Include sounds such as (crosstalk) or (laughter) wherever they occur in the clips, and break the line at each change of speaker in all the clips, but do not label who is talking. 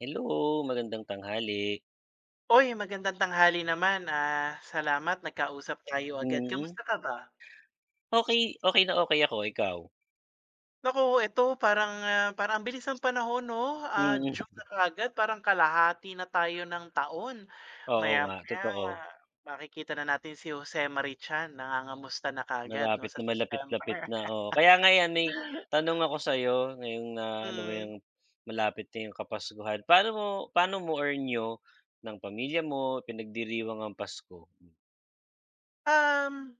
Hello, magandang tanghali.
Uy, magandang tanghali naman, salamat nagkausap tayo agad.
Mm,
Kamusta ka ba?
okey, okey na okey ako, ikaw?
Naku, ito parang ang bilis ng panahon 'no, June
Mm,
na kaagad parang kalahati na tayo ng taon.
oo nga,
Maya-maya
totoo.
makikita na natin si Jose Marichan chan nangangamusta na kaagad 'no
Malapit
sa
na malapit-lapit
September.
na, oo. Kaya nga 'yan may
(laughs)
tanong ako sa'yo ngayong na ano mo
Mm,
yung malapit na yung Kapaskuhan. Paano mo or niyo ng pamilya mo pinagdiriwang ang Pasko?
um,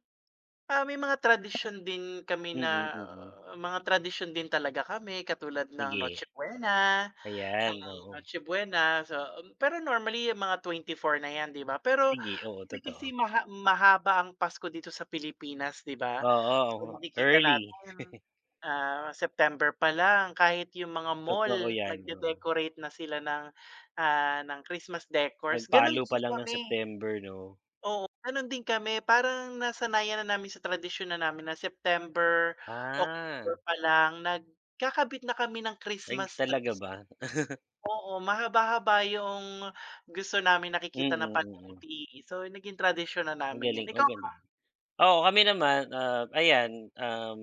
may mga tradisyon din kami
Mm,
na
mm.
mga tradisyon din talaga kami katulad ng Noche
Sige,
Buena.
ayan,
Ayan,
oo.
Noche Buena. So, pero normally yung mga 24 na 'yan, 'di ba? Pero
Sige, oo,
may
totoo.
kasi mahaba ang Pasko dito sa Pilipinas, 'di ba? So,
Oo,
makikita
early.
natin, September pa lang kahit yung mga
Totoo
mall
'yan, oo.
nagde-decorate na sila ng Christmas decors. Gano'n
Pagpalo pa
din
lang ng
kami,
September 'no?
oo, gano'n din kami. Parang nasanayan na namin sa tradisyon na namin na September,
Ah.
October pa lang nagkakabit na kami ng
Ay
Christmas.
talaga ba?
Oo, mahaba-haba yung gusto namin
Mm,
nakikita na
mm, mm.
palamuti. So, naging tradisyon na
Ang
namin 'yan.
galing,
Ikaw.
ang galing. Oo, kami naman, ayan,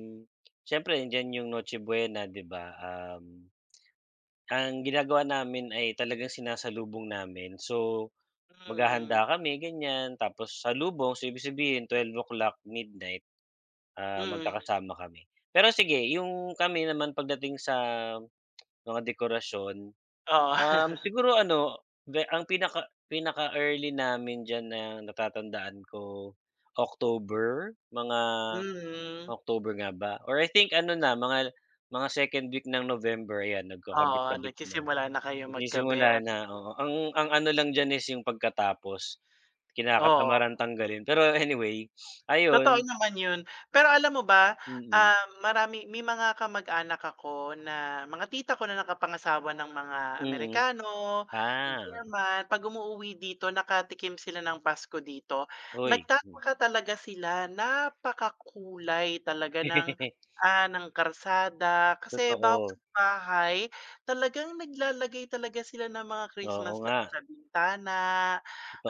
siyempre andiyan yung Noche Buena 'di ba? Ang ginagawa namin ay talagang sinasalubong namin. So,
Mm,
maghahanda kami ganyan, tapos salubong, so ibig sabihin 12:00, midnight,
mm,
magkakasama kami. Pero sige, yung kami naman pagdating sa mga dekorasyon.
oo. (laughs)
Siguro ano, ang pinaka-early namin diyan na natatandaan ko, October, mga
Mm,
October nga ba or I think ano na mga second week ng November ayan
oo,
nagkakabit-kabit na.
nagsisimula na kayo
Nagsisimula
magkabet,
na, oo. Ang ano lang diyan is yung pagkatapos, kinakatamaran
oo.
tanggalin. Pero anyway,
Totoo
ayun,
naman yun. Pero alam mo ba,
mm,
ah, marami may mga kamag-anak ako na mga tita ko na nakapangasawa ng mga
mm.
Amerikano,
Ah,
German. 'Pag umuuwi dito, nakatikim sila ng Pasko dito,
uy.
nagtataka talaga sila, napakakulay talaga ng,
(laughs)
ah, ng karsada. Kasi bawat
Totoo,
bahay talagang naglalagay talaga sila ng mga
oo
Christmas
nga,
lights sa bintana,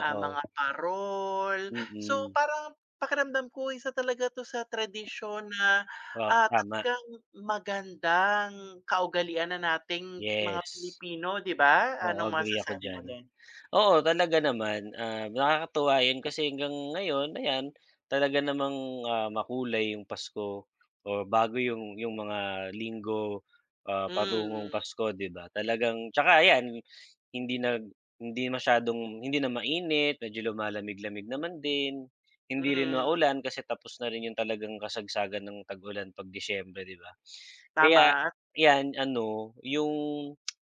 mga parol. So,
mm.
parang pakiramdam ko isa talaga 'to sa tradisyon na,
O, tama.
talagang magandang kaugalian na nating mga
Yes,
Pilipino, 'di ba?
oo
Anong
agree ako
masasabi mo
diyan.
do'n?
Oo, talaga naman, nakakatuwa 'yun kasi hanggang ngayon ayan, talaga namang, makulay yung Pasko o bago yung mga linggo, patungong
Mm,
Pasko 'di ba? Talagang tsaka ayan hindi nag hindi masyadong hindi na mainit, medyo lumalamig-lamig naman din, hindi rin
mm,
maulan kasi tapos na rin yung talagang kasagsagan ng tag-ulan 'pag Disyembre 'di ba? Kaya
tama,
'yan ano, yung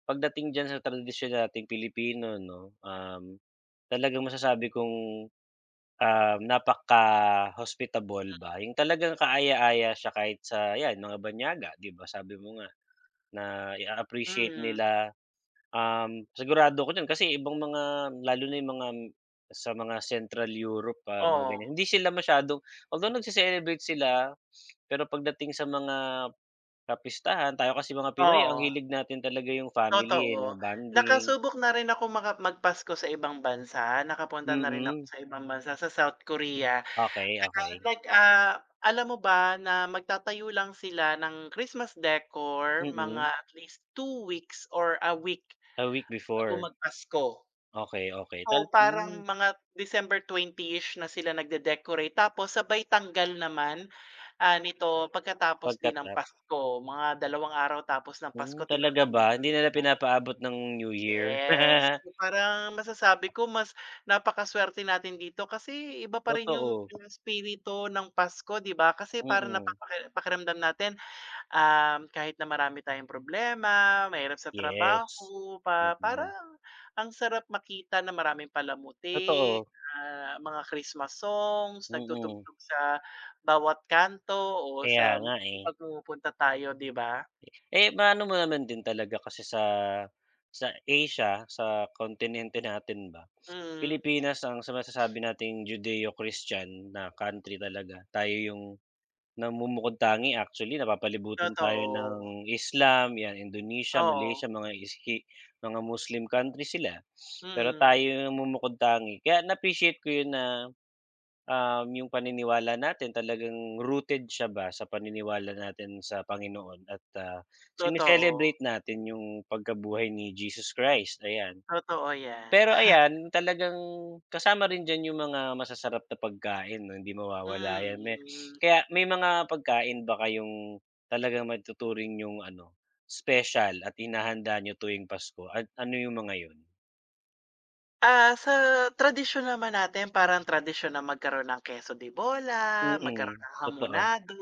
pagdating diyan sa tradisyon nating Pilipino 'no, talagang masasabi kong, napaka-hospitable ba, yung talagang kaaya-aya siya kahit sa 'yan mga banyaga 'di ba, sabi mo nga na i-a-appreciate
mm,
nila. Sigurado ako diyan kasi ibang mga lalo na yung mga sa mga Central Europe, mga
oo,
ganyan, hindi sila masyadong although nagse-celebrate sila, pero pagdating sa mga kapistahan, tayo kasi mga Pinoy ang
oo,
hilig natin talaga yung family, eh,
totoo.
'no, bonding.
Nakasubok na rin ako magpasko sa ibang bansa, nakapunta na rin ako
Mm,
sa ibang bansa, sa South Korea.
okay, okey.
Like, alam mo ba na magtatayo lang sila ng Christmas decor mga
Mm,
at least two weeks or a week
a week
bago
before.
magpasko.
Okay, okay,
So, parang mga December 20-ish na sila nagde-decorate tapos sabay tanggal naman, nito pagkatapos din ng
Pagka-tap.
Pasko. Mga dalawang araw tapos ng Pasko
Mm, talaga ba?
tinatanggal na
Hindi nila
nila.
pinapaabot ng New Year.
Yes. So,
(laughs)
parang masasabi ko mas napakaswerte natin dito kasi iba pa rin yung
Totoo,
yung espiritu ng Pasko, 'di ba? Kasi parang
mm.
pakiramdam natin, kahit na marami tayong problema, mahirap sa
Yes,
trabaho,
mm.
parang ang sarap makita na maraming palamuti,
Totoo,
mga Christmas songs,
mm.
nagtutugtog sa bawat kanto o
Kaya
sa
nga,
movie
eh.
'pag pumupunta tayo, 'di ba?
Eh, maano mo naman din talaga kasi sa Asia, sa kontinente natin ba,
Mm,
Pilipinas ang sa masasabi nating Judeo-Christian na country talaga. Tayo yung namumukod-tangi actually, napapalibutan tayo
totoo.
ng Islam, 'yan, Indonesia,
Oo,
Malaysia, mga mga Muslim country sila. Pero
mm.
tayo yung namumukod-tangi. Kaya na-appreciate ko yun na, yung paniniwala natin talagang rooted siya ba sa paniniwala natin sa Panginoon at,
Totoo,
sine-celebrate natin yung pagkabuhay ni Jesus Christ, ayan.
totoo yan.
Pero ayan, talagang kasama rin diyan yung mga masasarap na pagkain 'no, hindi
Hmm.
mawawala yan.
Mm.
May mga pagkain ba kayong talagang matuturing yung ano, special at hinahanda niyo tuwing Pasko at ano yung mga yun?
Sa tradisyon naman natin parang tradisyon na magkaroon ng keso de bola,
Mm,
magkaroon
mm,
ng
totoo.
hamonado,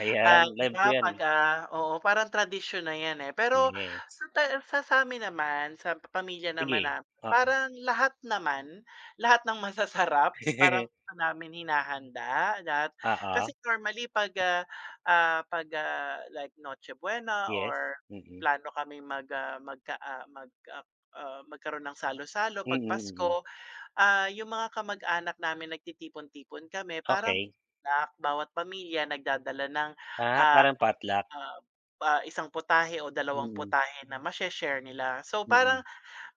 Ayan,
'di
live ko
ba
yan.
'pag, oo parang tradisyon na 'yan, eh. Pero sa
Yes,
ta sa sa amin naman, sa pamilya naman
sige.
namin, parang lahat naman, lahat ng masasarap parang
(laughs)
gusto namin hinahanda lahat. Kasi
Oo,
normally 'pag, ah, ah, 'pag, ah, like Noche Buena
yes,
or
mm.
plano kami magkaroon ng salo-salo
Mm,
'pag
mm,
Pasko. Yung mga kamag-anak namin nagtitipon-tipon kami parang
okay.
snack, bawat pamilya nagdadala ng,
Ah,
ah,
parang potluck?
ah, isang putahe o dalawang
Mm,
putahe na mashe-share nila. So parang,
mm.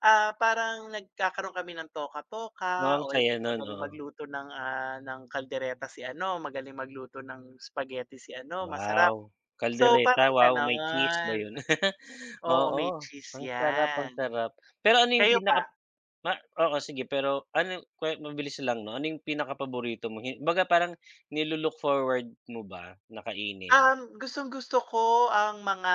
ah, parang nagkakaroon kami ng
Oh,
toka-toka
ang
o i-
saya nun,
magaling
oo.
magluto ng kaldereta si ano, magaling magluto ng spaghetti si ano, masarap.
Wow,
So
kaldereta,
parang
wow, may cheese ba
gano'n.
yun? (laughs)
Oo, may
Oo,
cheese
ang sarap, ang
'yan.
sarap. Pero ano yung
Kayo pa.
pinaka ma oo, sige, pero ano mabilis lang 'no, ano yung paborito mo? Hi kumbaga parang nilo forward mo ba na kainin?
Gustong-gusto ko ang mga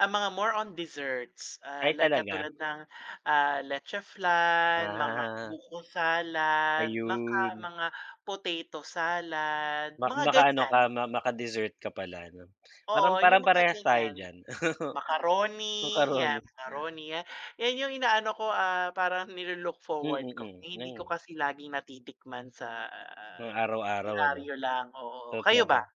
ang mga more on desserts,
Ay
like
talaga?
katulad ng, leche flan, mga
Ah,
buko salad,
ayun.
mga potato salad, mga
Makaano
ganyan.
ka, maka-dessert ka pala 'no? Parang
Oo, yung
parang
mga
parehas tayo
ganyan.
diyan, (laughs)
Macaroni, 'yan,
macaroni.
macaroni, 'yan. 'Yan yung inaano ko, parang nilo-look
Mm,
forward ko.
mm,
Eh, hindi ko
yun
kasi laging natitikman sa,
nga, araw-araw ano,
dilaryo lang, oo. Kayo ba?
totoo.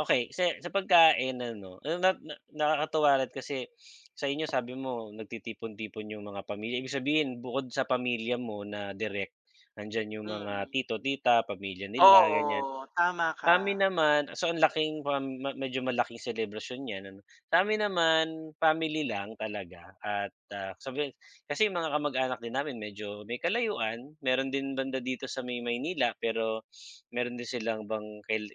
Okay sa pagkain ano, eh, na na nakakatuwa rin kasi sa inyo sabi mo nagtitipon-tipon yung mga pamilya, ibig sabihin bukod sa pamilya mo na direk, nandiyan yung mga
Mm.
tito, tita, pamilya nila, ganyan.
Oo, tama ka.
Sa'min naman so ang laking pam medyo malaking selebrasyon niyan ano. Sa'min naman family lang talaga at, sabihin kasi mga kamag-anak din namin medyo may kalayuan, meron din banda dito sa may Maynila pero meron din silang bang kel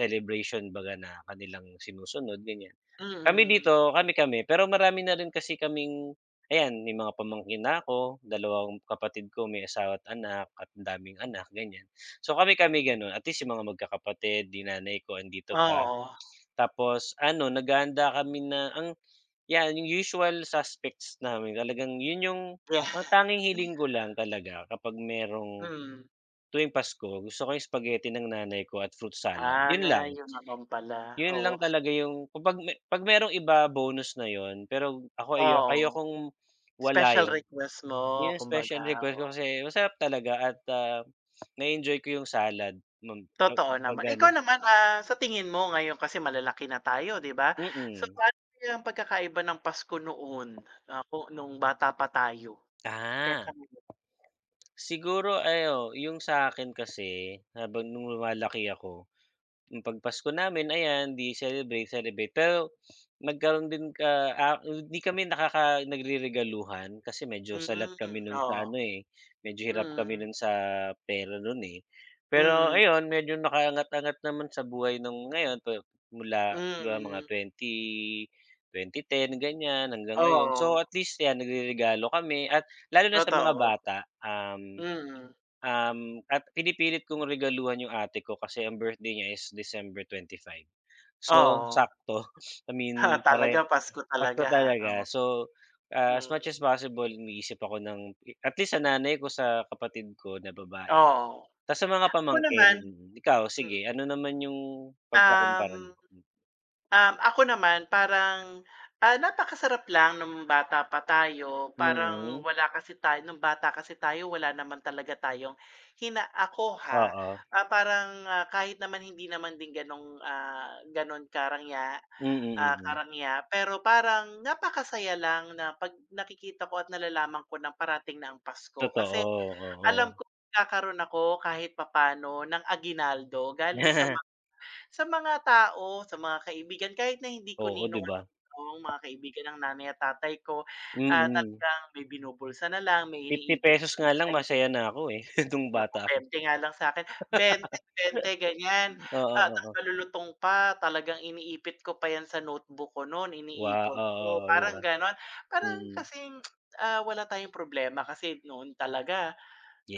celebration baga na kanilang sinusunod, ganyan. Kami
Mm,
dito, kami-kami, pero marami na rin kasi kaming ayan, may mga pamangkin na ako, dalawang kapatid ko may asawa at anak at ang daming anak, ganyan. So, kami-kami gano'n, at least yung mga magkakapatid, 'di nanay ko andito pa.
oo,
Tapos ano, naghahanda kami na ang 'yan, yung usual suspects namin talagang yun yung
yeah.
ang tanging
(laughs)
hiling ko lang talaga kapag merong
Mm,
tuwing Pasko gusto ko yung spaghetti ng nanay ko at fruit salad, yun lang.
'yun naman pala,
Yun
oo,
lang talaga yung kapag 'pag merong iba bonus na yun, pero ako
oo.
ayokong wala
Special
yun.
request mo
Yun yung special
kumbaga,
request
oo.
ko kasi masarap talaga at, na-enjoy ko yung salad nun pag
Totoo
pag
naman. Ikaw
ano.
naman, sa tingin mo ngayon kasi malalaki na tayo 'di ba? So,
mm.
paano kaya ang pagkakaiba ng Pasko noon, ah, ku nung bata pa tayo kesa
Ah,
ngayon?
siguro ano yung sa'kin kasi habang nung lumalaki ako, yung 'pag Pasko namin ayan, 'di celebrate, celebrate. Pero nagkaroon din hindi kami nagreregaluhan kasi medyo salat
Hmm,
kami nun sa
oo.
ano, eh, medyo hirap kami
Mm,
nun sa pera nun, eh. Pero
mm,
ayun, medyo nakaangat-angat naman sa buhay nung ngayon pa mula 'di ba mga
mm,
2010 ganyan hanggang ngayon.
oo,
So, at least 'yan nagreregalo kami at lalo na sa mga
totoo.
bata, um
Mm,
Um, at pinipilit kong regaluhan yung ate ko kasi ang birthday niya is December 25. So,
oo. (laughs)
sakto. (laughs) I
Ha.
mean,
Talaga Pasko
pasko
talaga ha.
talaga. So, as much
Hmm,
as possible umiisip ako ng at least sa nanay ko, sa kapatid ko na babae.
oo.
Tas sa mga
Ako
pamangkin,
naman
mm. Ikaw,
hmm,
sige, ano naman yung pagkakumpara
um,
niyo?
um, Ako naman parang napakasarap lang nung bata pa tayo, parang
Mm,
wala kasi tayo nung bata kasi tayo wala naman talaga tayong hina ako ha,
oo.
kahit naman hindi naman din ganong,
Mm, mm.
karangya, pero parang napakasaya lang na 'pag nakikita ko at nalalaman ko na parating na ang Pasko
Totoo,
kasi alam
oo.
ko nagkakaroon ako kahit papaano ng aginaldo, galing
(laughs)
sa mga tao, sa mga kaibigan kahit na hindi ko
Oo, 'di ba?
ninong-ninong, mga kaibigan ng nanay at tatay ko,
Mm. mm
talagang may binubulsa na lang, may iniipit na
₱50
lang,
nga lang masaya
tagbibigay
na ako, eh, (laughs) nung
ako
bata.
20 nga lang sa'kin, 20, 20 ganyan.
Oo,
Ta's
oo.
malulutong pa, talagang iniipit ko pa 'yan sa notebook ko no'n,
Wa
iniipon ko,
oo, 'di
parang
ba?
gano'n. Parang
Mm.
kasing, wala tayong problema kasi noon talaga.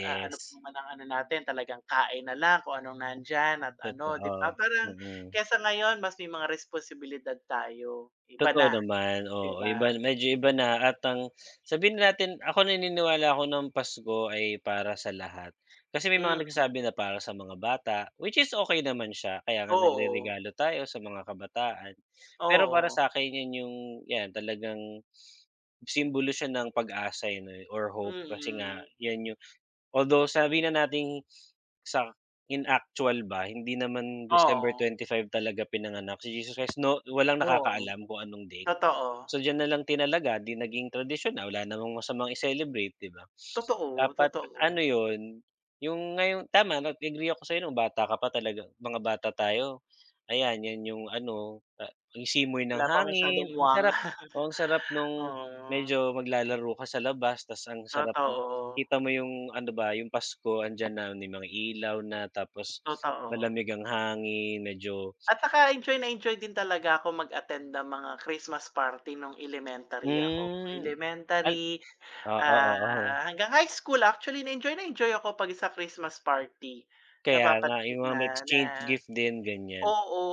Ano pa naman ang ano natin talagang kain na lang kung anong nandiyan at ano, 'di ba?
totoo.
Parang
Mm.
kaysa ngayon mas may mga responsibilidad tayo, iba
Totoo
na,
naman,
'di
oo.
ba?
Iba medyo iba
Mm.
na at ang sabihin na natin ako naniniwala ako ng Pasko ay para sa lahat. Kasi may
Mm.
mga nagsasabi na para sa mga bata, which is okey naman siya kaya nga
Oo.
nagreregalo tayo sa mga kabataan. Pero para
Oo.
sa'kin 'yan yung 'yan talagang simbolo siya ng pag-asa, yun, eh, 'no, or hope kasi nga
Mm.
'yan yung although sabi na nating sa in actual ba, hindi naman December
Oo.
twenty five talaga pinanganak si Jesus Christ, no walang
Oo.
nakakaalam kung anong day.
Totoo.
So, diyan na lang tinalaga, 'di naging tradisyon na, wala namang masamang i-celebrate, 'di ba?
Totoo,
Dapat
totoo.
ano 'yun, yung ngayon tama nag-agree ako sa'yo nung bata ka pa talaga mga bata tayo, ayan 'yan yung ano, yung simoy ng
Wala pa
hangin,
masyadong
ang
muwang.
sarap, oo,
(laughs)
ang sarap nung
Oo.
medyo maglalaro ka sa labas ta's ang sarap mo
Totoo.
kita mo yung ano ba, yung Pasko andiyan na may mga ilaw na tapos
Totoo.
malamig ang hangin medyo,
At saka enjoy na enjoy din talaga ako mag-attend ng mga Christmas party nung elementary ako.
hmm, al
Elementary,
oo, oo.
hanggang high school actually na-enjoy na enjoy ako 'pag sa Christmas party.
Kaya nga,
Napapansin
yung
na
mga
na
exchange gift din ganyan,
oo,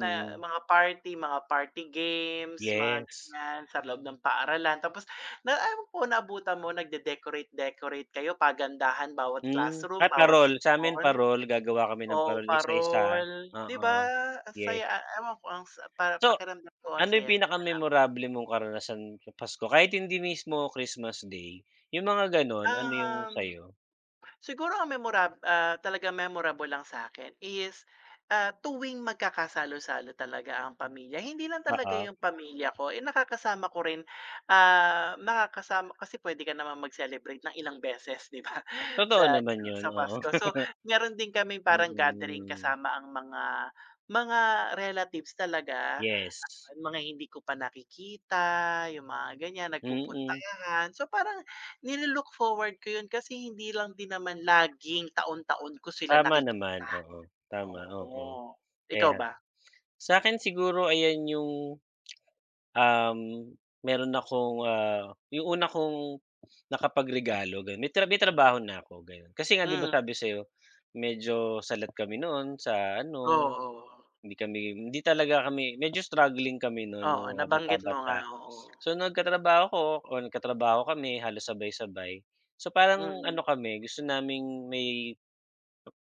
na mga party games, mga
yes.
ganyan sa loob ng paaralan. Tapos na ewan ko naabutan mo nagde-decorate-decorate kayo, pagandahan bawat classroom, bawat
Parol, sa'min
section?
parol, gagawa kami ng
Oo,
parol isa-isa,
parol. 'Di ba,
oo,
ang saya,
yes.
ewan ko ang sa para
So,
pakiramdam ko ang
ano yung
saya-saya lang.
pinaka-memorable mong karanasan sa Pasko kahit hindi mismo Christmas Day, yung mga gano'n, ano yung
Um,
sa'yo?
siguro talagang memorable lang sa'kin is, tuwing magkakasalo-salo talaga ang pamilya. Hindi lang talaga
Oo,
yung pamilya ko, eh, nakakasama ko rin, nakakasama kasi puwede ka naman mag-celebrate ng ilang beses, 'di ba, (laughs)
totoo
sa
naman yun,
sa
oo.
Pasko. So,
(laughs)
meron din kaming parang gathering
Mm,
kasama ang mga relatives talaga.
yes,
Yung mga hindi ko pa nakikita, yung mga ganyan,
mm,
nagpupuntahan. So, parang nililook forward ko yun kasi hindi lang din naman laging taon-taon ko sila
tama naman, oo, tama, oo,
oo. Ikaw
ayan.
ba?
Sa akin siguro ayan yung Um, meron akong, yung una kong nakapagregalo gano'n may may trabaho na ako gano'n. Kasi nga 'di ba
Hmm,
sabi sa'yo, medyo salat kami noon sa ano,
oo.
hindi kami hindi talaga kami medyo struggling kami noon
Oo,
nung mga
nabanggit mo nga,
bata-bata.
oo.
So nagkatrabaho ko o nagkatrabaho kami halos sabay-sabay. So parang ano
Mm,
kami gusto naming may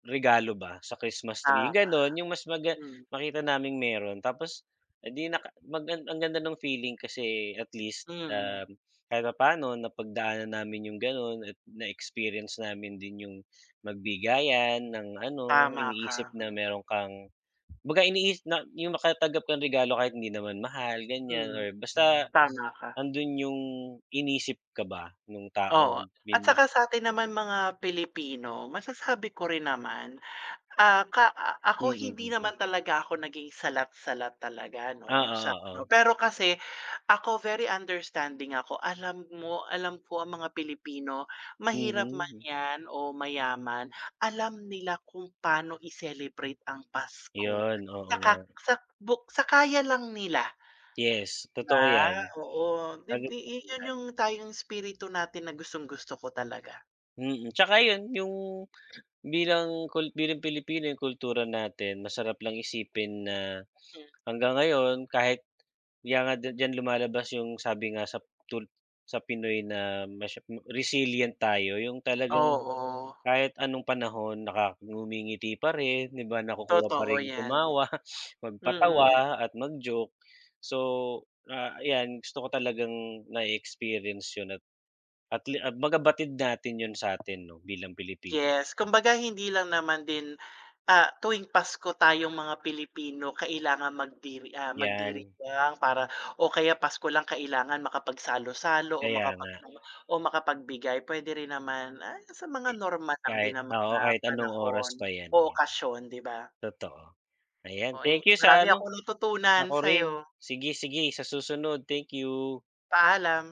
regalo ba sa Christmas tree, yung
tama.
gano'n, yung mas
Hmm,
makita naming meron tapos, eh, di naka mag ang ganda ng feeling kasi at least,
mm.
kahit papaano napagdaanan namin yung gano'n at na-experience namin din yung magbigayan ng ano,
Tama ka.
iniisip na meron kang kumbaga iniis na yung makatanggap kang regalo kahit hindi naman mahal ganyan
Mm,
or basta
tama ka.
andun yung inisip ka ba nung
Oo,
taong
at saka sa'tin naman mga Pilipino, masasabi ko rin naman. Ah, ka a ako hindi
mm, mm.
naman talaga ako naging salat-salat talaga 'no, sa
Oo,
ano
oo.
pero kasi ako very understanding ako. Alam ko ang mga Pilipino, mahirap man
Mhm.
'yan o mayaman, alam nila kung paano i-celebrate ang Pasko.
Yun, oo nga.
Saka sa kaya lang nila,
Yes,
'di
totoo yan.
ba? Oo, dib
Agad
i iyon yung tayong espiritu natin na gustong-gusto ko talaga.
Mm, tsaka yun yung bilang Pilipino yung kultura natin masarap lang isipin na
Hmm,
hanggang ngayon kahit kaya nga di diyan lumalabas yung sabi nga sa tul sa Pinoy na resilient tayo yung talagang
oo,
kahit anong panahon ngumingiti pa rin, 'di ba, nakukuha pa
totoo
ring
'yan.
tumawa, (laughs)
Mm.
magpatawa at mag-joke. So, ayan gusto ko talagang na experience 'yun at le at baga batid natin 'yun sa'tin 'no bilang Pilipino,
Yes, kumbaga hindi lang naman din, tuwing Pasko tayong mga Pilipino kailangan
'yan.
magdiriwang para o kaya Pasko lang kailangan makapagsalo-salo o
Kaya nga,
makapagbigay. Pwede rin naman, sa mga
eh,
normal lang din
kahit
naman
oo,
na
kahit anong oras
panahon
pa 'yan,
o
ayan,
okasyon, 'di ba?
totoo. Ayan,
Oh, ayun
thank you sa
marami
ano,
akong natutunan
ako rin.
sa'yo.
Sige, sige sa susunod, thank you.
Paalam.